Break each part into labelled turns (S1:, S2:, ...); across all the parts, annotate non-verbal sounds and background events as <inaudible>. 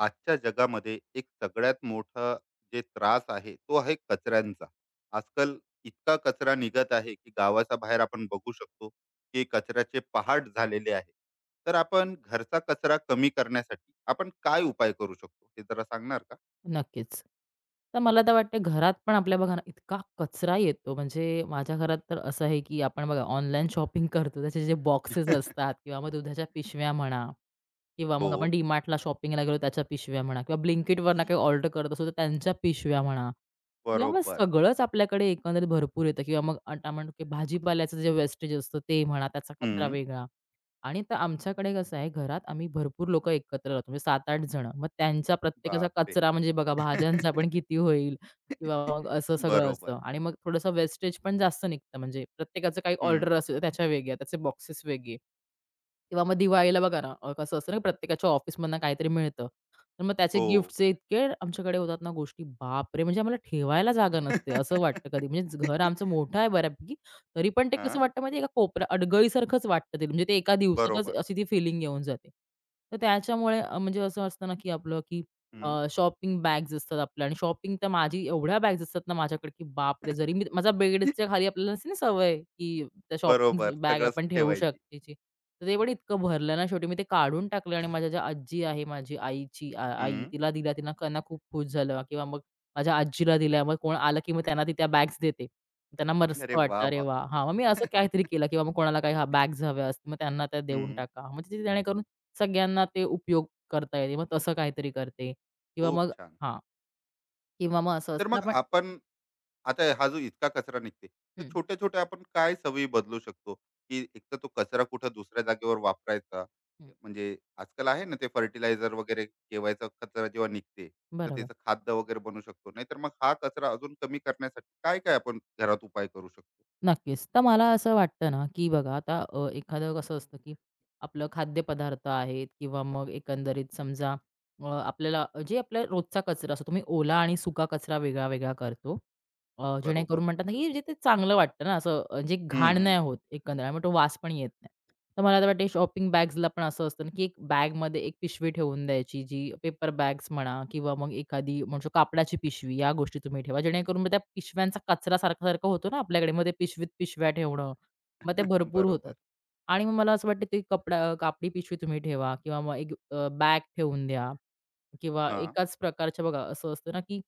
S1: आजच्या जगामध्ये एक सगळ्यात मोठा जे त्रास आहे तो आहे कचऱ्यांचा. आजकाल इतका कचरा निघत आहे की गावाच्या बाहेर आपण बघू शकतो की कचऱ्याचे पहाट झालेले आहे. तर आपण घरचा कचरा कमी करण्यासाठी आपण काय उपाय करू शकतो हे जरा सांगणार का?
S2: नक्कीच. तर मला तर वाटतं घरात पण आपल्या बघा ना, इतका कचरा येतो. म्हणजे माझ्या घरात तर असं आहे, की आपण बघा ऑनलाईन शॉपिंग करतो. त्याचे जे बॉक्सेस असतात
S1: <laughs>
S2: किंवा मग दुधाच्या पिशव्या म्हणा किंवा
S1: हो,
S2: मग आपण DMartला शॉपिंगला गेलो त्याच्या पिशव्या म्हणा किंवा Blinkitवरनं काही ऑर्डर करत असू तर त्यांच्या पिशव्या म्हणा किंवा मग
S1: बरोबर.
S2: सगळंच आपल्याकडे एकंदरीत भरपूर येतं किंवा मग आता म्हणतो, की भाजीपाल्याचं जे वेस्टेज असतं ते म्हणा, त्याचा कचरा
S1: हं.
S2: वेगळा. आणि तर आमच्याकडे कसं आहे, घरात आम्ही भरपूर लोकं एकत्र राहतो. म्हणजे 7-8 जण. मग त्यांचा प्रत्येकाचा
S1: बापरे!
S2: कचरा म्हणजे बघा भाज्यांचा पण
S1: <laughs>
S2: किती होईल किंवा मग असं सगळं
S1: बरोबर.
S2: असतं आणि मग थोडंसं वेस्टेज पण जास्त निघतं. म्हणजे प्रत्येकाचं काही
S1: हं.
S2: ऑर्डर असेल तर त्याच्या वेगळ्या, त्याचे बॉक्सेस वेगळे. किंवा मग दिवाळीला बघा ना, कसं असतं ना, प्रत्येकाच्या ऑफिसमधनं काहीतरी मिळतं. तर मग त्याचे
S1: हो.
S2: गिफ्टचे इतके आमच्याकडे होतात ना गोष्टी, बापरे! म्हणजे आम्हाला ठेवायला जागा नसते असं वाटतं कधी. म्हणजे घर
S1: <laughs>
S2: आमचं मोठं आहे बऱ्यापैकी, तरी पण ते कसं
S1: हां.
S2: वाटतं माहिती आहे का, कोपऱ्या अडगळीसारखंच वाटतं ते. म्हणजे ते एका दिवसातच
S1: बरोबर.
S2: अशी ती फिलिंग येऊन जाते. तर त्याच्यामुळे म्हणजे असं असतं ना, की आपलं की
S1: हं.
S2: शॉपिंग बॅग्स असतात आपल्या आणि शॉपिंग तर माझी एवढ्या बॅग्स असतात ना माझ्याकडे, की बापरे! जरी
S1: <laughs>
S2: मी माझा बेडच्या खाली आपल्याला असते ना सवय, की त्या
S1: बरोबर.
S2: शॉपिंग बॅग
S1: सगळंच
S2: आपण ठेवू
S1: ठेवायची.
S2: शकतेची. तर ते पण इतकं भरलं ना शेवटी मी ते काढून टाकलं आणि माझ्या ज्या आजी आहे माझी आईची आई
S1: हं.
S2: तिला दिला तिनं त्यांना खूप खुश झालं किंवा मग माझ्या आजीला दिल्या. मग कोण आलं की मग त्यांना ती त्या बॅग्स देते. त्यांना मस्त
S1: अरे वाह!
S2: वाटलं अरे
S1: वाह!
S2: वाह! हां, मग मी असं
S1: हं.
S2: काहीतरी केलं किंवा मग कोणाला काही हा बॅग्स हव्या असतील मग त्यांना त्या देऊन टाका.
S1: <laughs>
S2: म्हणजे ते जेणेकरून सगळ्यांना ते उपयोग करता येते. मग तसं काहीतरी करते किंवा
S1: खूप
S2: मग
S1: छान.
S2: हां, किंवा मग असं
S1: तर
S2: असतं ना
S1: मग
S2: आपण
S1: आपण आता हा जो इतका कचरा निघते, तर
S2: हं,
S1: छोट्या-छोट्या आपण काय सवयी बदलू शकतो, की एक तर तो कचरा कुठं दुसऱ्या जागेवर वापरायचा?
S2: हं.
S1: म्हणजे आजकाल आहे ना ते फर्टिलायझर वगैरे केवायचा कचरा जेव्हा निघते, तर
S2: बरोबर.
S1: त्याचं खाद्य वगैरे बनू शकतो. नाहीतर मग हा कचरा अजून कमी करण्यासाठी काय-काय आपण घरात उपाय करू शकतो?
S2: नक्कीच. तर मला असं वाटतं ना, की बघा आता एखादं कसं असतं, की आपलं खाद्यपदार्थ आहेत किंवा मग एकंदरीत समजा आपल्याला जे आपला रोजचा कचरा असतो, तुम्ही ओला आणि सुका कचरा वेगळा-वेगळा करतो.
S1: बरोबर.
S2: जेणेकरून म्हणतात ना, की जे ते चांगलं वाटतं ना, असं म्हणजे
S1: हं,
S2: घाण
S1: हं.
S2: नाही होत एकंदरीत आणि तो वास पण येत नाही. तर मला तर वाटते शॉपिंग बॅग्सला पण असं असतं ना, की एक बॅगमध्ये एक पिशवी ठेवून द्यायची, जी पेपर बॅग्स म्हणा किंवा मग एखादी म्हणू कापडाची पिशवी, या गोष्टी तुम्ही ठेवा. जेणेकरून मग त्या पिशव्यांचा कचरा सारखा-सारखा होतो ना आपल्याकडे, मग ते पिशवीत पिशव्या ठेवणं, मग ते
S1: <laughs>
S2: भरपूर होतात.
S1: बरोबर.
S2: आणि मग मला असं वाटतं ते कपडा कापडी पिशवी तुम्ही ठेवा किंवा मग एक बॅग ठेवून द्या किंवा
S1: हां.
S2: एकाच प्रकारच्या बघा असं असतं ना, की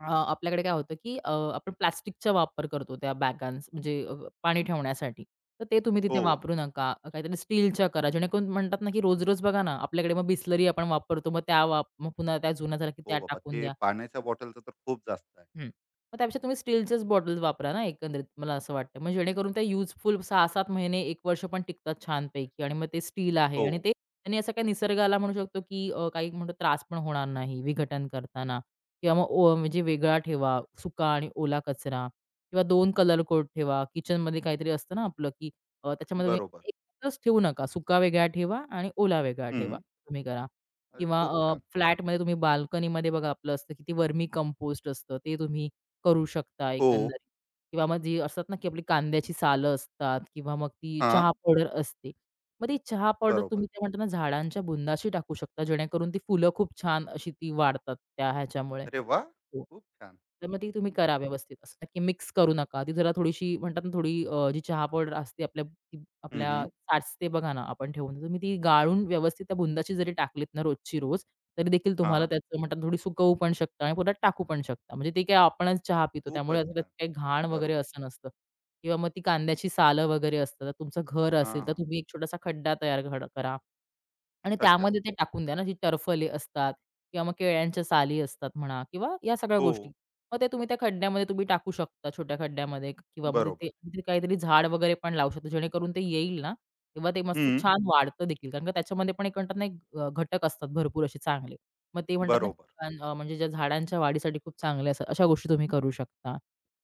S2: आपल्याकडे काय होतं, की आपण प्लास्टिकचा वापर करतो त्या बॅगांस म्हणजे पाणी ठेवण्यासाठी. तर ते तुम्ही तिथे
S1: हो.
S2: वापरू नका. काहीतरी स्टीलच्या करा, जेणेकरून म्हणतात ना, की रोज-रोज बघा ना, आपल्याकडे मग बिसलरी आपण वापरतो. मग त्या मग पुन्हा त्या जुन्या झाल्या की
S1: हो
S2: त्या
S1: बाबा.
S2: टाकून
S1: ते
S2: द्या.
S1: पाण्याच्या बॉटलचं तर खूप जास्त आहे.
S2: हं. मग त्यापेक्षा तुम्ही स्टीलच्याच बॉटल्स वापरा ना एकंदरीत मला असं वाटतं. मग जेणेकरून त्या युजफुल 6-7 महिने, 1 वर्ष पण टिकतात छानपैकी आणि मग ते स्टील आहे
S1: हो,
S2: आणि ते त्यांनी असं काही निसर्गाला म्हणू शकतो, की काही म्हणतो त्रास पण होणार नाही विघटन करताना किंवा मग म्हणजे वेगळा ठेवा सुका आणि ओला कचरा किंवा 2 कलर कोड ठेवा. किचनमध्ये काहीतरी असतं ना आपलं, की त्याच्यामध्ये तुम्ही
S1: बरोबर.
S2: एकत्रच ठेवू नका. सुका वेगळा ठेवा आणि ओला वेगळा
S1: हं.
S2: ठेवा. तुम्ही करा.
S1: अरे
S2: किंवा
S1: खूप छान.
S2: फ्लॅटमध्ये तुम्ही बाल्कनीमध्ये बघा आपलं असतं, की ते वर्मी कंपोस्ट असतं, ते तुम्ही करू शकता
S1: हो,
S2: एकंदरीत. किंवा मग जी असतात ना, की आपली कांद्याची सालं असतात किंवा मग ती चहा
S1: हां.
S2: पावडर असते. मग ती चहा पावडर
S1: बरोबर.
S2: तुम्ही ते म्हणताना झाडांच्या बुंदाशी टाकू शकता, जेणेकरून ती फुलं खूप छान अशी ती वाढतात त्या ह्याच्यामुळे.
S1: अरे वाह!
S2: हो.
S1: खूप छान.
S2: तर मग ती तुम्ही
S1: हं.
S2: करा व्यवस्थित असं नक्की मिक्स करू नका. ती जरा थोडीशी म्हणतात ना थोडी जी चहा पावडर असते आपल्या ती
S1: हं,
S2: आपल्या
S1: हं.
S2: साचते बघा ना आपण ठेवून. तुम्ही ती गाळून व्यवस्थित त्या बुंदाची जरी टाकलीत ना रोजची रोज, तरी देखील तुम्हाला त्याचं म्हणतात ना, थोडी सुकवू पण शकता आणि पोटात टाकू पण शकता. म्हणजे ते काय आपणच चहा पितो त्यामुळे
S1: खूपच
S2: असं त्यात
S1: छान.
S2: काही घाण वगैरे
S1: बरोबर.
S2: असं नसतं. किंवा मग ती कांद्याची सालं वगैरे असतात. तर तुमचं घर
S1: हां,
S2: असेल तर
S1: हां.
S2: तुम्ही एक छोटासा खड्डा तयार करा. आणि
S1: अच्छा.
S2: त्यामध्ये ते टाकून द्या ना, जी टरफले असतात किंवा मग केळ्यांच्या साली असतात म्हणा किंवा या सगळ्या
S1: हो,
S2: गोष्टी. मग ते तुम्ही त्या खड्ड्यामध्ये तुम्ही टाकू शकता छोट्या खड्ड्यामध्ये किंवा मग
S1: बरोबर.
S2: तिथे तिथे काहीतरी झाड वगैरे पण लावू शकता जेणेकरून ते येईल ना, तेव्हा ते मस्त
S1: हं.
S2: छान वाढतं देखील. कारण का त्याच्यामध्ये पण एक म्हणतात ना, एक घटक असतात भरपूर असे चांगले. मग ते म्हणतात ना,
S1: बरोबर.
S2: म्हणजे ज्या झाडांच्या वाढीसाठी खूप चांगले असतात, अशा गोष्टी तुम्ही करू शकता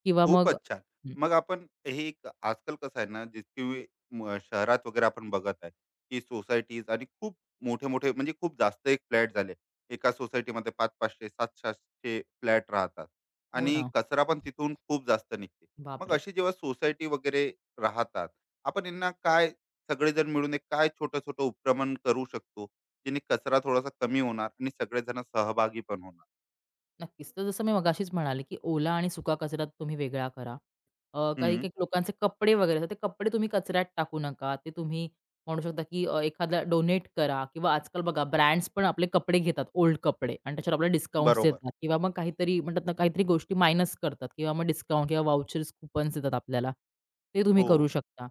S2: किंवा मग
S1: खूपच छान.
S2: हं.
S1: मग आपण हे एक आजकाल कसं आहे ना, जितकी म शहरात वगैरे आपण बघत आहे, की सोसायटीज आणि खूप मोठे-मोठे म्हणजे खूप जास्त एक फ्लॅट झाले. एका सोसायटीमध्ये 500-500, 700-700 फ्लॅट राहतात
S2: हो
S1: आणि
S2: ना.
S1: कचरा पण तिथून खूप जास्त निघते. मग
S2: बापरे!
S1: अशी जेव्हा सोसायटी वगैरे राहतात, आपण यांना काय सगळेजण मिळून एक काय छोटं-छोटं उपक्रमण करू शकतो, जेणे कचरा थोडासा कमी होणार आणि सगळेजण सहभागी पण होणार?
S2: नक्कीच. तर जसं मी मगाशीच म्हणाले, की ओला आणि सुका कचरा तुम्ही वेगळा करा.
S1: हं,
S2: काही-काही लोकांचे कपडे वगैरे असतात, ते कपडे तुम्ही कचऱ्यात टाकू नका. ते तुम्ही म्हणू शकता, की एखादा डोनेट करा किंवा आजकाल बघा ब्रँड्स पण आपले कपडे घेतात, ओल्ड कपडे आणि त्याच्यावर आपल्याला डिस्काउंट्स
S1: बरोबर.
S2: देतात किंवा मग काहीतरी म्हणतात ना, काहीतरी गोष्टी मायनस करतात किंवा मग डिस्काउंट किंवा वाउचर्स, कुपन्स देतात आपल्याला. ते तुम्ही
S1: हो.
S2: करू शकता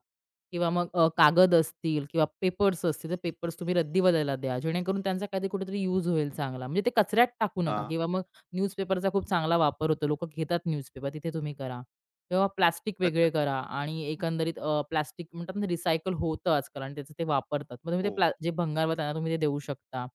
S2: किंवा मग कागद असतील किंवा पेपर्स असतील, तर पेपर्स तुम्ही रद्दीवाल्याला द्या. जेणेकरून त्यांचा काहीतरी कुठेतरी यूज होईल चांगला. म्हणजे ते कचऱ्यात टाकू नका
S1: हां.
S2: किंवा मग न्यूजपेपरचा खूप चांगला वापर होतो. लोकं घेतात न्यूजपेपर, तिथे तुम्ही करा. किंवा प्लास्टिक वेगळे
S1: अच्छा.
S2: करा आणि एकंदरीत प्लास्टिक म्हणतात ना रिसायकल होतं आजकाल आणि त्याचं ते वापरतात. मग तुम्ही ते
S1: हो.
S2: जे भंगारवाले त्यांना तुम्ही ते देऊ शकता.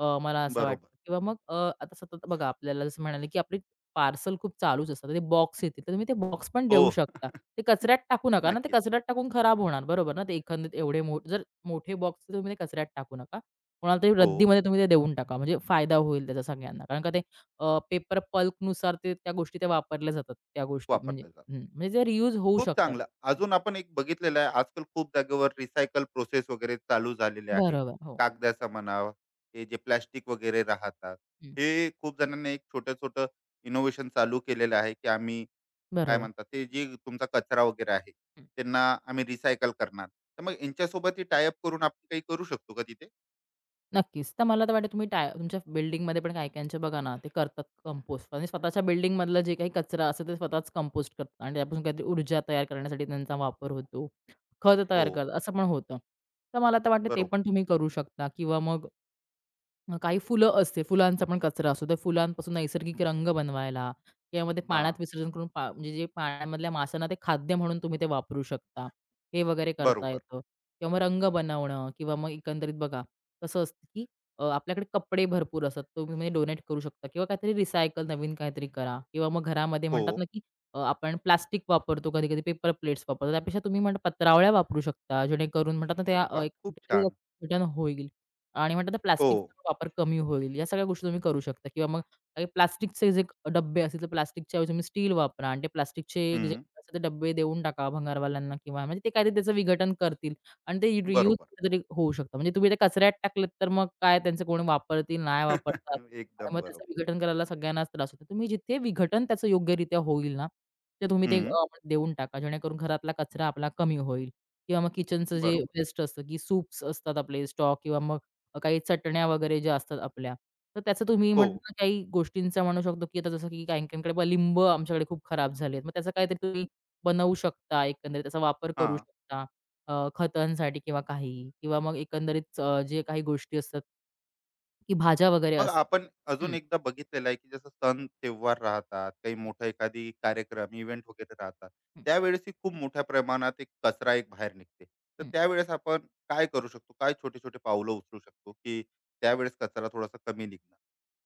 S2: मला असं वाटतं
S1: बरोबर.
S2: किंवा मग आता सतत बघा आपल्याला जसं म्हणाले, की आपली पार्सल खूप चालूच असतात. ते बॉक्स येतील, तर तुम्ही ते बॉक्स पण देऊ
S1: हो.
S2: शकता.
S1: <laughs>
S2: ते कचऱ्यात टाकू नका ना, ते
S1: नक्कीच.
S2: कचऱ्यात टाकून खराब होणार, बरोबर ना? ते एकंदरीत एवढे जर मोठे बॉक्स तुम्ही ते कचऱ्यात टाकू नका. कोणाला तरी
S1: हो,
S2: रद्दीमध्ये तुम्ही ते देऊन टाका. म्हणजे फायदा होईल त्याचा सगळ्यांना. कारण का ते पेपर पल्पनुसार ते त्या गोष्टी त्या वापरल्या जातात, त्या गोष्टी म्हणजे
S1: वापरलं जातं.
S2: हं, म्हणजे ते रियूज होऊ
S1: खूप
S2: शकतात.
S1: चांगलं.
S2: हं,
S1: अजून आपण एक बघितलेलं आहे, आजकाल खूप जागेवर रिसायकल प्रोसेस वगैरे चालू झालेले आहे.
S2: बरोबर. हो,
S1: कागदाचा म्हणा, हे जे प्लास्टिक वगैरे राहतात,
S2: हं,
S1: हे खूप जणांनी एक छोटं-छोटं इनोव्हेशन चालू केलेलं आहे, की आम्ही काय
S2: बरोबर.
S1: म्हणतात ते जे तुमचा कचरा वगैरे आहे,
S2: हं,
S1: त्यांना आम्ही रिसायकल करणार. तर मग यांच्यासोबत टाय करून आपण काही करू शकतो का तिथे?
S2: नक्कीच. तर मला तर वाटतं तुम्ही टाय तुमच्या बिल्डिंगमध्ये पण काही-काहींचे बघा ना, ते करतात कंपोस्ट. म्हणजे स्वतःच्या बिल्डिंगमधला जे काही कचरा असतो ते स्वतःच कंपोस्ट करतात आणि त्यापासून काहीतरी ऊर्जा तयार करण्यासाठी त्यांचा वापर होतो. खत तयार
S1: हो,
S2: करतात, असं पण होतं. तर मला तर वाटतं ते
S1: बरोबर.
S2: पण तुम्ही करू शकता किंवा मग मग काही फुलं असते, फुलांचा पण कचरा असतो. त्या फुलांपासून नैसर्गिक रंग बनवायला किंवा मग ते पाण्यात
S1: हां,
S2: विसर्जन करून म्हणजे जे पाण्यामधल्या माशांना ते खाद्य म्हणून तुम्ही ते वापरू शकता. हे वगैरे करता
S1: बरोबर.
S2: येतं किंवा मग रंग बनवणं किंवा मग एकंदरीत बघा कसं असतं, की आपल्याकडे कपडे भरपूर असतात. तुम्ही म्हणजे डोनेट करू शकता किंवा काहीतरी रिसायकल नवीन काहीतरी करा किंवा मग घरामध्ये
S1: हो.
S2: म्हणतात ना, की आपण प्लास्टिक वापरतो, कधी-कधी पेपर प्लेट्स वापरतो. त्यापेक्षा तुम्ही म्हणता पत्रावळ्या वापरू शकता, जेणेकरून म्हणतात ना, त्या
S1: अरे वाह!
S2: एक
S1: खूप
S2: कुठेतरी
S1: छान.
S2: रिटर्न होईल. आणि म्हणतात ना
S1: हो.
S2: प्लास्टिकचा वापर कमी होईल. या सगळ्या गोष्टी तुम्ही करू शकता किंवा मग काही प्लास्टिकचे जे डब्बे असतील, तर प्लास्टिकच्या ऐवजी तुम्ही स्टील वापरा आणि ते प्लास्टिकचे जे
S1: हं.
S2: असतात ते डब्बे देऊन टाका भंगारवाल्यांना किंवा म्हणजे ते काहीतरी त्याचं विघटन करतील आणि ते रियूज
S1: बरोबर.
S2: कुठेतरी होऊ शकतं. म्हणजे तुम्ही ते कचऱ्यात टाकलेत, तर मग काय त्यांचं कोणी वापरतील, नाही वापरतात
S1: <laughs>
S2: आणि
S1: एकदम
S2: मग त्याचं
S1: बरोबर.
S2: विघटन करायला सगळ्यांनाच त्रास होतो. तुम्ही जिथे विघटन त्याचं योग्यरित्या होईल ना, ते तुम्ही ते
S1: हं,
S2: म्हणजे देऊन टाका. जेणेकरून घरातला कचरा आपला कमी होईल किंवा मग किचनचं जे
S1: बरोबर.
S2: वेस्ट असतं, की सूप्स असतात आपले स्टॉक किंवा मग काही चटण्या वगैरे ज्या असतात आपल्या, तर त्याचं तुम्ही
S1: हो.
S2: म्हणता ना काही गोष्टींचा म्हणू शकतो, की आता जसं की काही-काहींकडे बघा लिंब आमच्याकडे खूप खराब झालेत. मग त्याचं काहीतरी तुम्ही बनवू शकता, एकंदरीत त्याचा वापर करू
S1: हां.
S2: शकता. खतांसाठी किंवा काही किंवा मग एकंदरीत जे काही गोष्टी असतात, की भाज्या वगैरे
S1: मग
S2: असतात.
S1: आपण
S2: हं,
S1: अजून एकदा बघितलेलं आहे, की जसं सण तेव्हार राहतात, काही मोठा एखादी कार्यक्रम, इव्हेंट वगैरे राहतात.
S2: हं,
S1: त्यावेळेसही खूप मोठ्या प्रमाणात एक कचरा एक बाहेर निघते. तर
S2: हं.
S1: त्यावेळेस आपण काय करू शकतो? काय छोटे-छोटे पावलं उचलू शकतो, की त्यावेळेस कचरा थोडासा कमी निघणार?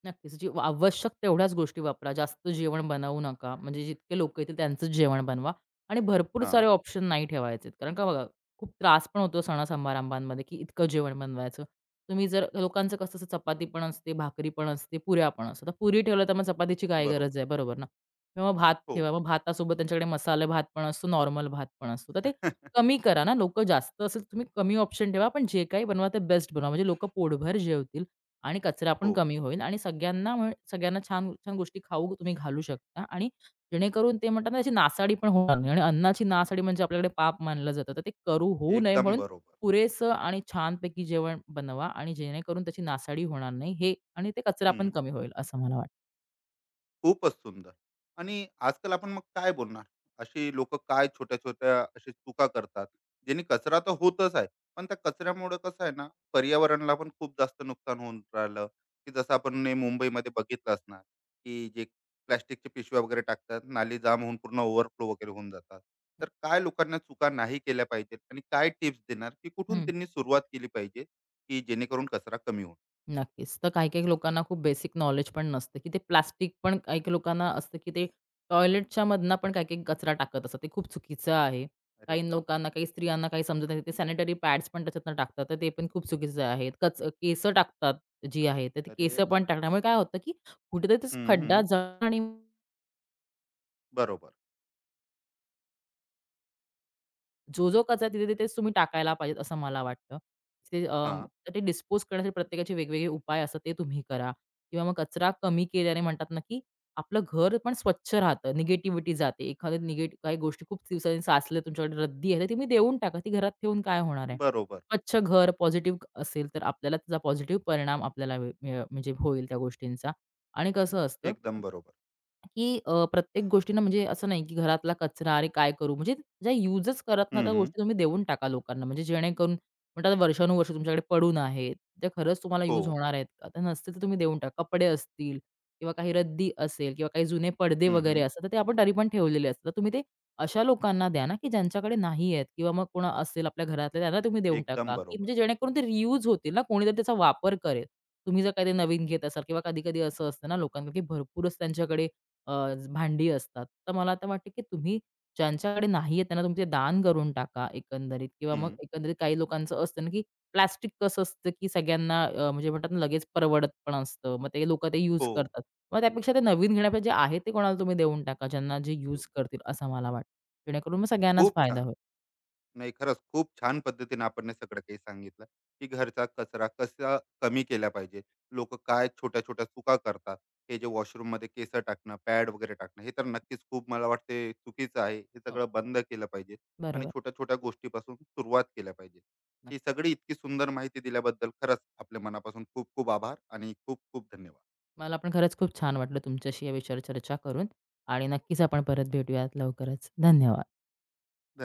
S2: नक्कीच. जी आवश्यक तेवढ्याच गोष्टी वापरा. जास्त जेवण बनवू नका. म्हणजे जितके लोकं येतील त्यांचंच जेवण बनवा आणि भरपूर सारे
S1: हां,
S2: ऑप्शन नाही ठेवायचेत. कारण का बघा, खूप त्रास पण होतो की इतकं जेवण बनवायचं. तुम्ही जर लोकांचं कसं असतं चपाती पण असते, भाकरी पण असते, पुऱ्या पण असतात. तर पुरी ठेवलं तर मग चपातीची काय गरज
S1: बरोबर.
S2: आहे, बरोबर ना? किंवा मग भात
S1: हो.
S2: ठेवा. मग भातासोबत त्यांच्याकडे मसाले भात पण असतो, नॉर्मल भात पण असतो. तर ते
S1: <laughs>
S2: कमी करा ना. लोकं जास्त असेल तुम्ही कमी ऑप्शन ठेवा, पण जे काही बनवा ते बेस्ट बनवा. म्हणजे लोकं पोटभर जेवतील आणि कचरा पण
S1: हो.
S2: कमी होईल आणि सगळ्यांना सगळ्यांना छान, छान गोष्टी खाऊ तुम्ही घालू शकता आणि जेणेकरून ते म्हणतात ना, त्याची नासाडी पण होणार नाही आणि अन्नाची नासाडी म्हणजे आपल्याकडे पाप मानलं जातं. तर ते होऊ नये
S1: एकदम
S2: म्हणून
S1: बरोबर.
S2: पुरेसं आणि छानपैकी जेवण बनवा आणि जेणेकरून त्याची नासाडी होणार नाही हे आणि ते कचरा पण कमी होईल असं मला
S1: खूपच सुंदर. आणि आजकाल आपण मग काय बोलणार? अशी लोकं काय छोट्या-छोट्या अशी चुका करतात, ज्यांनी कचरा तर होतच आहे. पण त्या कचऱ्यामुळे कसं आहे ना, पर्यावरणाला पण खूप जास्त नुकसान होऊन राहिलं, की जसं आपण हे मुंबईमध्ये बघितलं असणार, की जे प्लास्टिकच्या पिशव्या वगैरे टाकतात, नाली जाम होऊन पूर्ण ओव्हरफ्लो वगैरे होऊन जातात. तर काय लोकांना चुका नाही केल्या पाहिजेत आणि काय टिप्स देणार, की कुठून
S2: वाटतं.
S1: त्यांनी सुरुवात केली पाहिजे, की जेणेकरून कचरा कमी होईल?
S2: नक्कीच. तर काही-काही लोकांना खूप बेसिक नॉलेज पण नसतं, की ते प्लास्टिक पण काही-काही लोकांना असतं, की ते टॉयलेटच्या मधनं पण काही-काही कचरा टाकत असतात. ते खूप चुकीचं आहे.
S1: अरे
S2: काही
S1: बापरे!
S2: लोकांना, काही स्त्रियांना काही समजत नाही. ते सॅनिटरी पॅड्स पण त्याच्यातनं टाकतात. तर ते पण खूप चुकीचं आहे. केसं टाकतात जी आहे, तर ती
S1: अरे
S2: केसं पण
S1: बाबा रे!
S2: टाकण्यामुळे काय होतं, की कुठेतरी तो
S1: हं,
S2: खड्डा
S1: हं.
S2: जळ आणि
S1: बरोबर.
S2: जो-जो कचरा तिथे-तिथेच तुम्ही टाकायला पाहिजेत असं मला वाटतं. ते
S1: हां.
S2: तर ते डिस्पोज करण्यासाठी प्रत्येकाचे वेगवेगळे उपाय असतात ते तुम्ही करा किंवा मग कचरा कमी केल्याने म्हणतात ना, की आपलं घर पण स्वच्छ राहतं, निगेटिव्हिटी जाते. एखाद्या निगेटिव्ह काही गोष्टी खूप दिवसांनी साचल्या तुमच्याकडे रद्दी आहे, तर तुम्ही देऊन टाका. ती घरात ठेवून काय होणार आहे?
S1: बरोबर.
S2: स्वच्छ घर पॉझिटिव्ह असेल तर आपल्याला त्याचा पॉझिटिव्ह परिणाम आपल्याला म्हणजे होईल त्या गोष्टींचा आणि कसं असतं
S1: एकदम बरोबर.
S2: की प्रत्येक गोष्टीनं म्हणजे असं नाही की घरातला कचरा अरे काय करू? म्हणजे ज्या युजच करत ना
S1: हं,
S2: त्या
S1: हं.
S2: गोष्टी तुम्ही देऊन टाका लोकांना. म्हणजे जेणेकरून म्हणतात वर्षानुवर्ष तुमच्याकडे पडून आहेत. त्या खरंच तुम्हाला
S1: हो.
S2: यूज होणार आहेत का? त्या नसतील तर तुम्ही देऊन टाका. कपडे असतील किंवा काही रद्दी असेल किंवा काही जुने पडदे
S1: हं,
S2: वगैरे
S1: हं.
S2: असतात, तर ते आपण तरी पण ठेवलेले असतात. तर तुम्ही ते अशा लोकांना द्या ना, की ज्यांच्याकडे नाही आहेत किंवा मग कोण असेल आपल्या घरातले त्यांना तुम्ही देऊन
S1: एकदम
S2: टाका, की
S1: बरोबर.
S2: म्हणजे जेणेकरून ते रियूज होतील ना, कोणीतरी त्याचा वापर करेल. तुम्ही जर काही ते नवीन घेत असाल किंवा कधी-कधी असं असतं ना लोकांकडे, की भरपूरच त्यांच्याकडे भांडी असतात. तर मला आता वाटतं, की तुम्ही ज्यांच्याकडे नाहीये त्यांना तुम्ही ते दान करून टाका एकंदरीत किंवा मग
S1: हं.
S2: एकंदरीत काही लोकांचं असतं ना, की प्लास्टिक कसं असतं, की सगळ्यांना म्हणजे म्हणतात ना, लगेच परवडत पण असतं. मग ते लोकं ते यूज
S1: हो.
S2: करतात. मग त्यापेक्षा ते नवीन घेण्यापेक्षा जे आहे ते कोणाला तुम्ही देऊन टाका, ज्यांना जे
S1: देऊ.
S2: यूज करतील असं मला वाटतं. जेणेकरून मग सगळ्यांनाच
S1: खूप
S2: फायदा
S1: छान.
S2: होईल.
S1: नाही खरंच खूप छान पद्धतीने आपण हे सगळं काही सांगितलं, की घरचा कचरा कसा कमी केला पाहिजे. लोकं काय छोट्या-छोट्या चुका करतात. हे जे वॉशरूममध्ये केसं टाकणं, पॅड वगैरे टाकणं, हे तर नक्कीच खूप मला वाटते चुकीचं आहे. हे
S2: हो,
S1: सगळं बंद केलं पाहिजे आणि
S2: बरोबर.
S1: छोट्या-छोट्या गोष्टीपासून सुरुवात केल्या पाहिजे. ही
S2: नक्की.
S1: सगळी इतकी सुंदर माहिती दिल्याबद्दल खरंच आपल्या मनापासून खूप खूप आभार आणि खूप खूप धन्यवाद.
S2: मला पण खरंच खूप छान वाटलं तुमच्याशी या विषयावर चर्चा करून आणि नक्कीच आपण परत भेटूयात लवकरच. धन्यवाद.